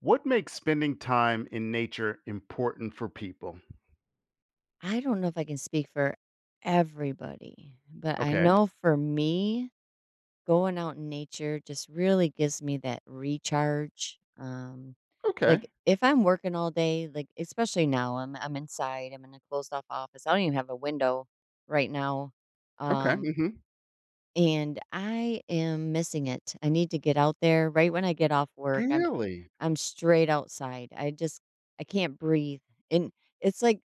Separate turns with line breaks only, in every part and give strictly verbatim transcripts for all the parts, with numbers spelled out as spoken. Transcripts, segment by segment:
What makes spending time in nature important for people?
I don't know if I can speak for everybody, but I
Okay.
know for me, going out in nature just really gives me that recharge. Um, like
Okay.
if I'm working all day, like especially now, I'm I'm inside, I'm in a closed off office. I don't even have a window right now.
Okay.
Um,
Hmm.
and I am missing it. I need to get out there right when I get off work. I'm
Really?
I'm straight outside. I just I can't breathe. And it's like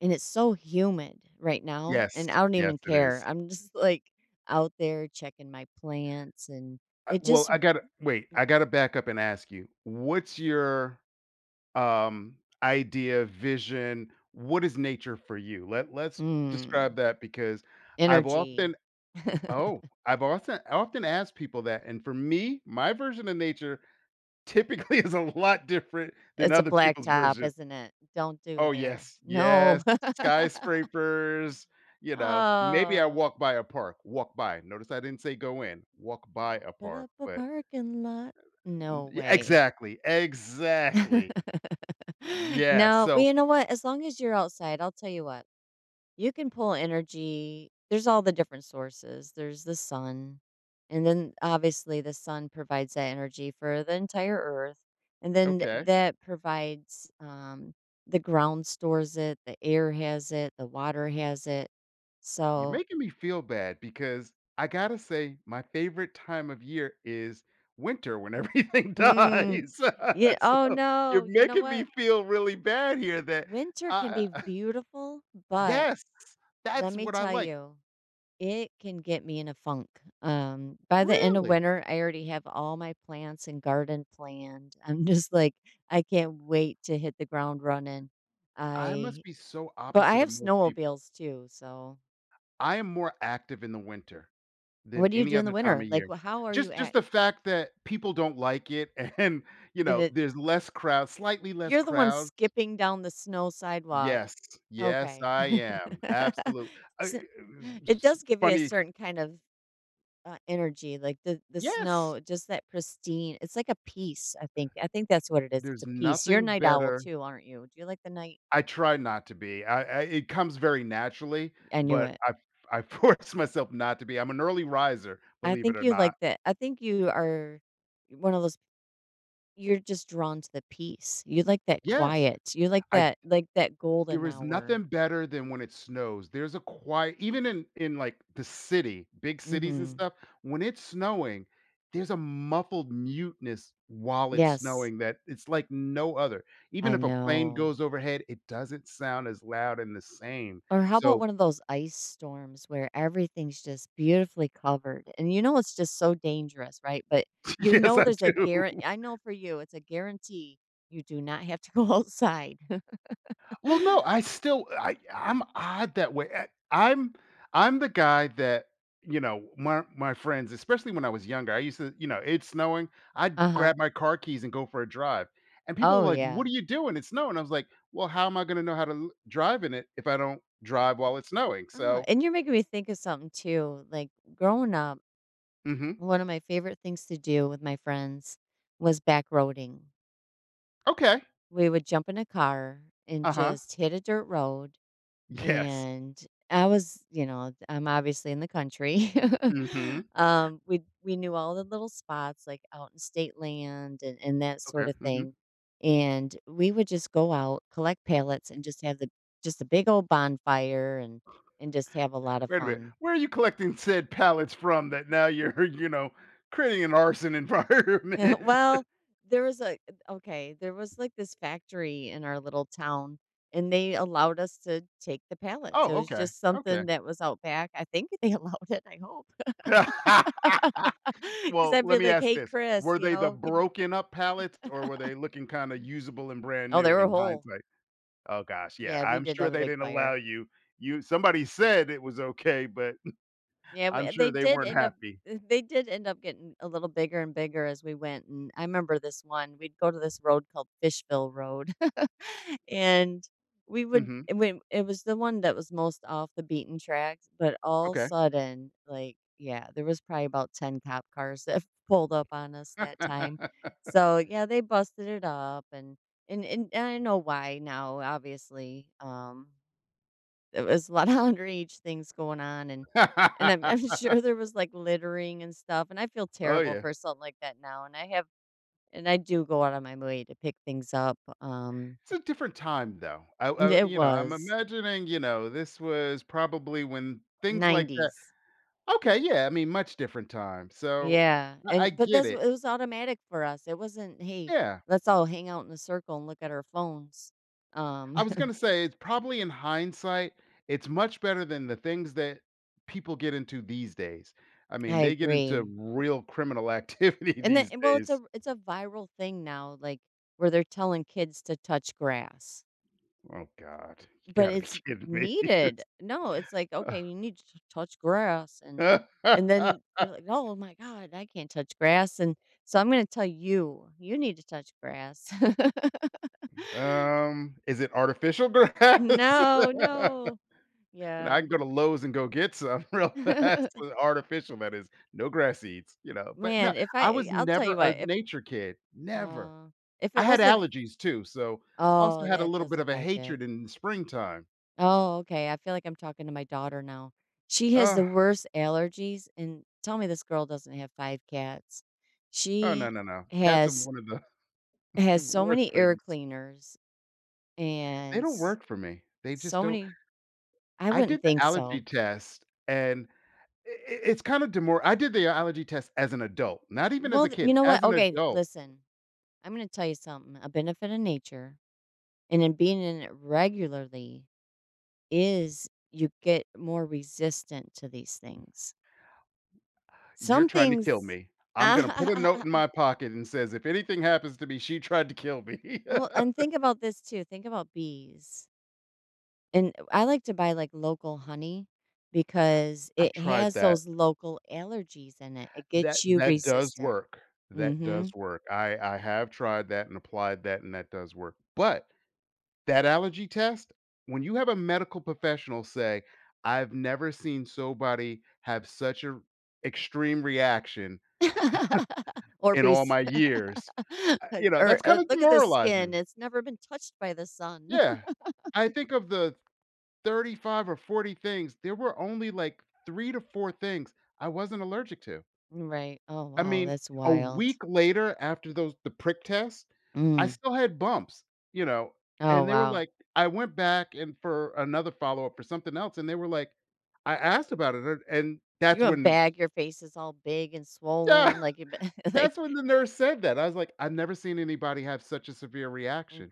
and it's so humid right now,
Yes.
and I don't
Yes,
even
it
care.
is.
I'm just, like, out there checking my plants, and
Uh,
it
well,
just
I gotta wait. I gotta back up and ask you. What's your um, idea, vision? What is nature for you? Let Let's
mm,
describe that because I've
energy.
often oh I've often often asked people that, and for me, my version of nature typically is a lot different than
It's a
other people's
blacktop,
version.
isn't it? Don't do
Oh,
there.
yes,
No.
yes, skyscrapers, you know, maybe I
Oh,
walk by a park, walk by. Notice I didn't say go in, walk by a
put
park,
up a
but
parking lot. No
yeah,
way.
exactly, exactly. Yeah,
No, well,
so
you know what? As long as you're outside, I'll tell you what. You can pull energy, there's all the different sources. There's the sun, and then, obviously, the sun provides that energy for the entire earth, and then
okay,
that provides, um the ground stores it, the air has it, the water has it.
you're
So
making me feel bad because I gotta say my favorite time of year is winter when everything
mm,
dies.
yeah,
So,
oh,
you're
no, you know
making me
what?
feel really bad here that
Winter can
I
be beautiful, but
yes,
let
that's
me
what I
tell
like.
you, it can get me in a funk. Um, by the end of
Really?
winter, I already have all my plants and garden planned. I'm just like, I can't wait to hit the ground running.
I must
I,
be so
but I
opposite
have
of most people.
snowmobiles too. So,
I am more active in the winter than
what do you
any
do in the
other time
winter?
of
Like,
year.
wh- how are you
Just just
at?
the fact that people don't like it and, you
Is
know,
it,
there's less crowd slightly less
you're the one
crowds.
skipping down the snow sidewalk.
Yes. Yes,
Okay.
I am, absolutely.
S- it does give you a
Funny.
certain kind of Uh, energy, like the the
Yes.
snow, just that pristine. It's like a piece, I think. I think that's what it is. It's
There's
a piece. You're a
nothing
night owl
better.
too, aren't you? Do you like the night?
I try not to be. I I it comes very naturally,
I knew
but
it.
I I force myself not to be. I'm an early riser,
I
believe it
think
or
you like
not.
that. I think you are one of those. You're just drawn to the peace. You like that
Yes.
quiet. You like
I
that, like that golden
There is
hour.
nothing better than when it snows. There's a quiet even in in, like, the city, big cities and
Hmm.
stuff, when it's snowing, there's a muffled muteness while it's
Yes,
snowing that it's like no other. Even
I
if a plane
know.
goes overhead, it doesn't sound as loud and the same.
Or how about
So,
one of those ice storms where everything's just beautifully covered and you know it's just so dangerous, right? But you
yes,
know
I
there's a
do.
guarant I know for you, it's a guarantee you do not have to go outside.
Well, no, I still I I'm odd that way. I, I'm I'm the guy that you know my my friends, especially when I was younger. I used to you know it's snowing. I'd
Uh-huh.
grab my car keys and go for a drive, and people are
Oh,
like, "What
yeah.
are you doing? It's snowing." I was like, "Well, how am I going to know how to l- drive in it if I don't drive while it's snowing?"
Oh,
So,
and you're making me think of something too. Like growing up,
hmm.
one of my favorite things to do with my friends was backroading.
Okay.
We would jump in a car and
Uh huh.
just hit a dirt road.
Yes.
And I was, you know, I'm obviously in the country.
Hmm.
um, we we knew all the little spots like out in state land and, and that sort
Okay.
of
Hmm.
thing. And we would just go out, collect pallets and just have the just a big old bonfire and and just have a lot of
Wait a minute,
fun.
where are you collecting said pallets from that now you're you know creating an arson environment?
well, there was a okay, there was like this factory in our little town and they allowed us to take the pallets. It
Oh,
was
okay,
just
okay.
something that was out back. I think they allowed it, I hope. 'Cause
Well,
I'd be
let me
like,
ask
"Hey,
this,
Chris,
were
you
they the
know, can."
broken up pallets or were they looking kinda usable and brand
Oh, they
new
were
in
whole.
hindsight? Oh gosh, yeah,
Yeah, we
I'm
did
sure
have a
they
big
didn't allow
fire.
you you somebody said it was okay, but
Yeah,
I'm
we they
sure they
did
weren't
end up
happy.
eh, they did end up getting a little bigger and bigger as we went, and I remember this one, we'd go to this road called Fishville Road, and we would
Mhm,
it when it was the one that was most off the beaten tracks, but all
okay.
sudden, like, yeah, there was probably about ten cop cars that pulled up on us that time. So, yeah, they busted it up and and and, and I know why now, obviously. Um there was a lot of underage things going on, and and I'm I'm sure there was, like, littering and stuff, and I feel
Oh,
terrible
yeah.
for something like that now, and I have and I do go out of my way to pick things up, um
It's a different time though. I
and
I
it
you know, I'm
was.
imagining, you know, this was probably when things like that
nineties.
okay, yeah, I mean, much different time, so
Yeah,
I I
and but
get
that's it
it.
was automatic for us, it wasn't, "Hey,
Yeah.
let's all hang out in a circle and look at our phones." Um,
I was gonna say it's probably in hindsight, it's much better than the things that people get into these days. I mean,
I
they get
agree.
into real criminal activity
And then
these
well, it's a
days.
it's a viral thing now, like, where they're telling kids to touch grass.
Oh god, you
But
gotta be
it's
kidding me.
needed. No, it's like, "Okay, you need to touch grass," and
Just
and then they're like, "Oh my god, I can't touch grass," and so I'm gonna tell you, "You need to touch grass."
Um, is it artificial grass?
No, no.
You know, I
Yeah.
can go to Lowe's and go get some real fast, but artificial that is, no grass seeds, you know, but no,
Man, if
I
I
was
I'll tell
never
you
a
what, if
nature kid, never.
uh, if
I
it
had
wasn't.
allergies too, so I also
Oh,
had a
that
little
does
bit of a
affect it.
hatred in the springtime.
Oh, okay. I feel like I'm talking to my daughter now. She has
Ugh,
the worst allergies and tell me this girl doesn't have five cats.
oh, no,
She
no, no. Cats are
has
one of the
has so
worst
many air
things.
cleaners
They
and
don't
s-
work for me. They just
so
don't
many. I
I
wouldn't
did the
think
allergy
so.
test, and I I it's kinda demor I did the allergy test as an adult, not even as
Well,
a
th- you
kid,
know what?
as an
Okay,
adult.
listen. I'm going to tell you something. A benefit of nature and in being in it regularly is you get more resistant to these things.
"You're
Some
trying to kill
things.
me. I'm gonna put a note in my pocket and says, if anything happens to me, she tried to kill me.'"
Well, and think about this too. Think about bees. And I like to buy like local honey because
I
it
tried
has
that.
those local allergies in it. It
That
gets you
that does
resistant.
work. That
Hmm.
does work. I I have tried that and applied that, and that does work. But that allergy test, when you have a medical professional say, "I've never seen somebody have such a extreme reaction
Or
in all
bees.
my years," uh, you know,
Or
that's
uh,
kinda
look at this skin.
demoralizing.
It's never been touched by the sun.
Yeah. I think of the thirty-five or forty things, there were only, like, three to four things I wasn't allergic to.
Right. Oh,
I
wow.
mean,
That's
a
wild.
week later after those the prick test, I
Mm.
still had bumps, you know,
Oh,
and they were
wow.
like I went back and for another follow-up for something else, and they were like I asked about it, a and
You
that's
want
when
bag. Your face is all big and
Yeah,
swollen. Like, you like
that's when the nurse said that. I was like, "I've never seen anybody have such a severe reaction,"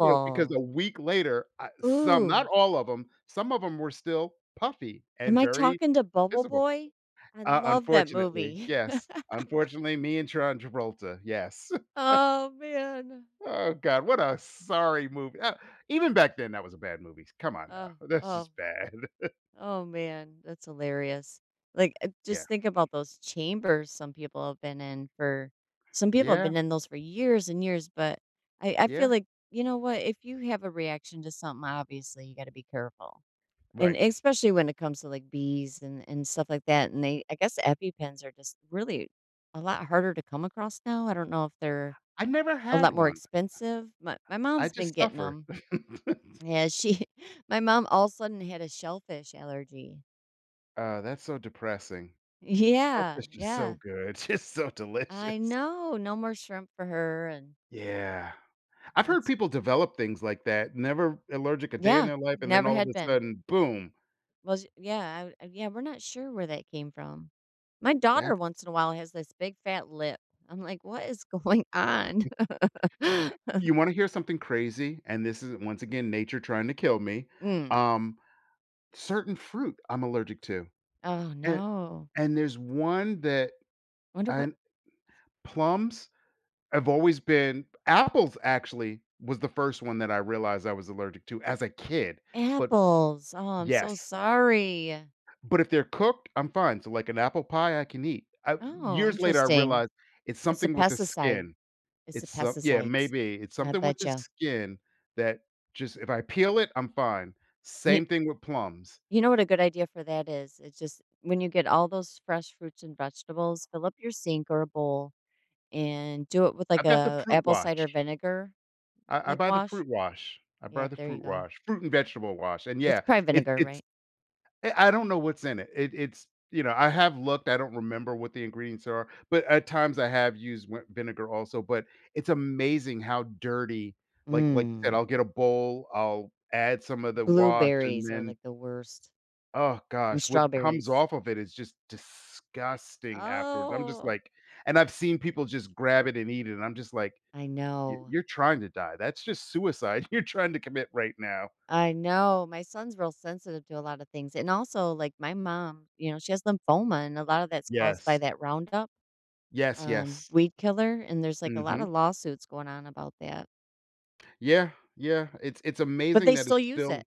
you know, because a week later, I some not
Ooh.
all of them, some of them were still puffy
Am
and
I
very
talking to Bubble
visible.
Boy? I
Uh,
love that
unfortunately,
movie.
yes. Unfortunately, me and Tron Travolta, yes.
Oh man.
Oh god, what a sorry movie. Uh, even back then, that was a bad movie. Come on
Oh,
now, that's
oh,
just bad.
oh man, that's hilarious. Like uh,
Yeah,
just think about those chambers some people have been in for some people have
yeah,
been in those for years and years, but I, I
yeah,
feel like, you know what, if you have a reaction to something, obviously you gotta be careful. And
right.
especially when it comes to like bees and, and stuff like that. And they I guess EpiPens are just really a lot harder to come across now. I don't know if they're
I never
a
had
lot more
one.
expensive. My my
I
mom's been
just
getting
suffered.
them. Yeah, she my mom all of a sudden had a shellfish allergy.
Uh, that's so depressing.
Yeah,
Shellfish is so
yeah.
good, just so
I
delicious.
know, no more shrimp for her, and
Yeah, I've heard
that's
people develop things like that. Never allergic a day in
yeah,
their life, and then
never
all of
had
a
been.
sudden, boom.
Well, sh yeah, I I- yeah, we're not sure where that came from. My daughter
That's
once in a while has this big fat lip. I'm like, "What is going on?"
you want to hear something crazy, and this is once again nature trying to kill me.
Mm.
Um, certain fruit I'm allergic to.
Oh,
And
no.
and there's one that
Wonder what.
and plums have always been apples actually was the first one that I realized I was allergic to as a kid, but
Apples. Oh, I'm so
yes.
sorry.
But if they're cooked, I'm fine. So, like, an apple pie, I can eat. I
Oh,
years later, I
interesting.
realized it's
It's a
something with the
pesticide.
skin.
It's the
It's some yeah,
pesticides.
maybe. It's
I
something with
bet
the
you.
skin that just if I peel it, I'm fine.
You
Same thing with plums.
you know what a good idea for that is? It's just when you get all those fresh fruits and vegetables, fill up your sink or a bowl and do it with like
I've got the
a
fruit
apple cider
watch.
vinegar
I I
like
buy the
wash.
fruit wash. I buy
Yeah,
the
there you
fruit
go.
wash, fruit and vegetable wash, and
It's
yeah,
probably
it's
vinegar,
it's
right?
I I don't know what's in it. It it's you know, I have looked, I don't remember what the ingredients are, but at times I have used win vinegar also, but it's amazing how dirty like like you said,
Mm.
I'll get a bowl, I'll add some of the wash, and
Blueberries are
then,
like the worst
oh
and
gosh, what comes
strawberries.
off of it is just disgusting afterwards. I'm just
Oh,
like and I've seen people just grab it and eat it, and I'm just like,
I
Y
know.
you're trying to die. That's just suicide you're trying to commit right now.
I know. My son's real sensitive to a lot of things. And also, like my mom, you know, she has lymphoma, and a lot of that's caused by
Yes.
that Roundup,
Yes,
um,
yes.
weed killer. And there's like a lot of
Mhm.
lawsuits going on about that.
Yeah, yeah. It's it's
But
amazing
they
that
still
it's
use
still
it.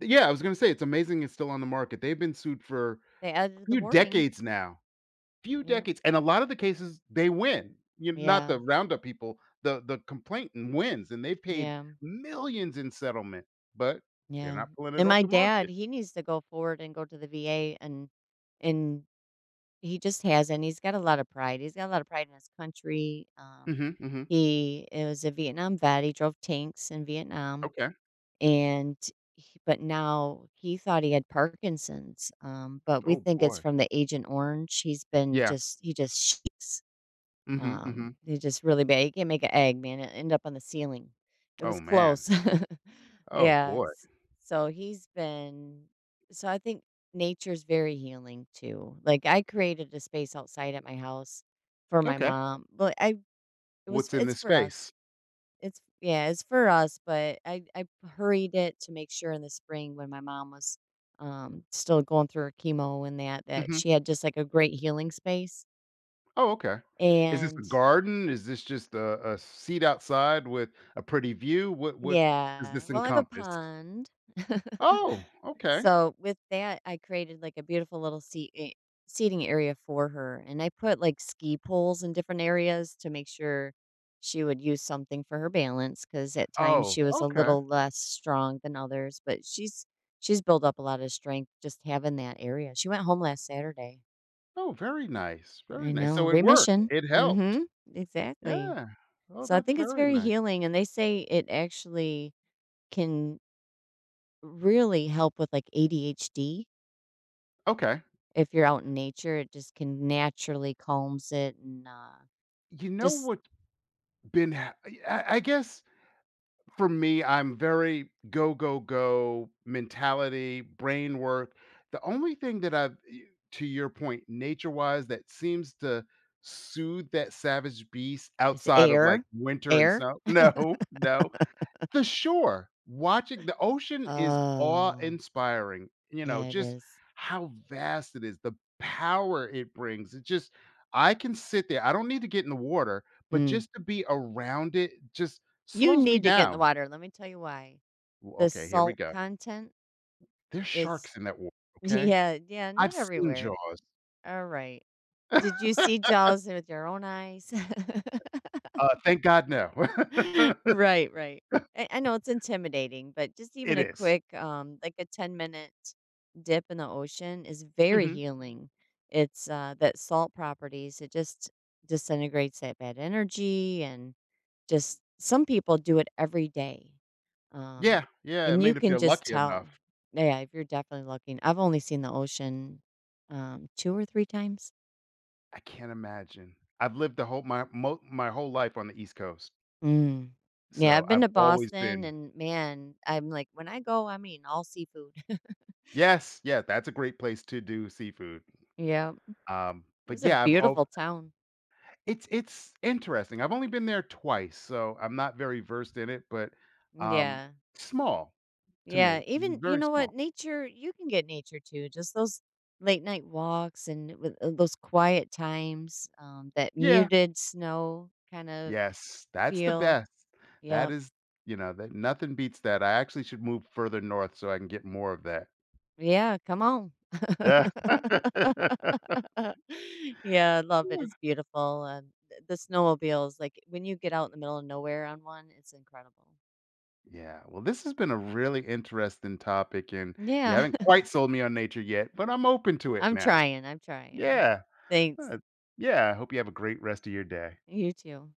Yeah, I was gonna say it's amazing it's still on the market. They've been sued for
They
a
added the
few
warning.
decades now. Few
Yeah.
decades, and a lot of the cases, they win. You not
Yeah.
the roundup people, the the complainant wins, and they've paid
Yeah.
millions in settlement, but they're
Yeah.
not pulling it
And
off
my
the
dad,
market.
he needs to go forward and go to the V A and, and, he just has, not he's got a lot of pride. He's got a lot of pride in his country. Um,
Mhm, mhm.
he is a Vietnam vet. He drove tanks in Vietnam.
Okay.
And he But now he thought he had Parkinson's, um, but we
Oh,
think it's
boy.
from the Agent Orange. He's been
Yeah.
just he just shakes.
Mhm,
Um,
mhm.
he just really bad. He can't make an egg, man. It ended up on the ceiling. It
Oh,
was
man.
close.
Oh,
Yeah,
boy.
s so he's been so I think nature's very healing too. Like, I created a space outside at my house for my
Okay.
mom. Well, I it was
What's in
it's
this
for us.
space?
It's Yeah, it's for us, but I I hurried it to make sure in the spring when my mom was, um, still going through her chemo and that that
Mhm.
she had just, like, a great healing space,
Oh, okay. Is this a
and
garden? Is this just a, a seat outside with a pretty view? What what does
yeah.
this
Well, I have a
encompass?
pond.
Oh, okay.
So with that, I created like a beautiful little seat eh, seating area for her, and I put like ski poles in different areas to make sure she would use something for her balance because at times
Oh,
she was a
okay.
little less strong than others, but she's she's built up a lot of strength just having that area. She went home last Saturday.
Oh, very nice. Very
I
nice.
know,
So it worked.
remission.
It helped.
Mm-hmm. Exactly.
Yeah. Oh,
So I
that's
think it's
very
very
nice.
healing, and they say it actually can really help with like A D H D.
Okay.
If you're out in nature, it just can naturally calms it and, uh,
You know
just
what's been ha- I, I I guess for me, I'm very go, go, go mentality, brain work. The only thing that I've, y- to your point, nature wise, that seems to soothe that savage beast
it's
outside of like
air,
winter and
air.
snow. No, no. The shore, watching the ocean is awe
Oh,
inspiring. You know,
yeah, it
just
is.
how vast it is, the power it brings. It just, I can sit there. I don't need to get in the water, but
Mm.
just to be around it just
You
slows me
need to get in the
down
water, let me tell you why.
W
The
okay, here we
salt
go.
content
There's
is
sharks in that water, okay?
yeah, yeah, not
I've seen
everywhere.
Jaws.
Alright. Did you see Jaws with your own eyes?
Uh, thank God, no.
Right, right. I, I know it's intimidating, but just even
It
a
is.
quick, um, like a ten minute dip in the ocean is very
Mhm.
healing. It's uh, that salt properties, it just disintegrates that bad energy. And just some people do it every day. Um,
Yeah, yeah, I
and you
mean, if
can
they're
just
lucky enough.
tell. Yeah, if you're definitely looking, I've only seen the ocean um, two or three times.
I can't imagine. I've lived the whole my mo my whole life on the East Coast,
Mm. Yeah,
so
I've been
I've
to
always
Boston
been.
and man, I'm like when I go, I'm eating all seafood.
Yes, yeah, that's a great place to do seafood.
Yeah.
Um,
It's
but
a
yeah, I've oh,
beautiful town.
it's it's interesting. I've only been there twice, so I'm not very versed in it, but, um,
Yeah.
small to
Yeah.
me,
Even you
very
know
small.
what? Nature, you can get nature too. Just those late night walks and with uh, those quiet times, um, that
Yeah.
muted snow kind of
Yes, that's the
feel.
best.
Yeah.
That is you know, that nothing beats that. I actually should move further north so I can get more of that.
Yeah, come on.
Yeah.
Yeah, I love it, it's beautiful, and th the snowmobiles, like, when you get out in the middle of nowhere on one, it's incredible.
Yeah, well, this has been a really interesting topic, and you
Yeah,
haven't quite sold me on nature yet, but I'm open to it
I'm
now.
trying, I'm trying.
Yeah,
Thanks.
uh, yeah, I hope you have a great rest of your day.
You too.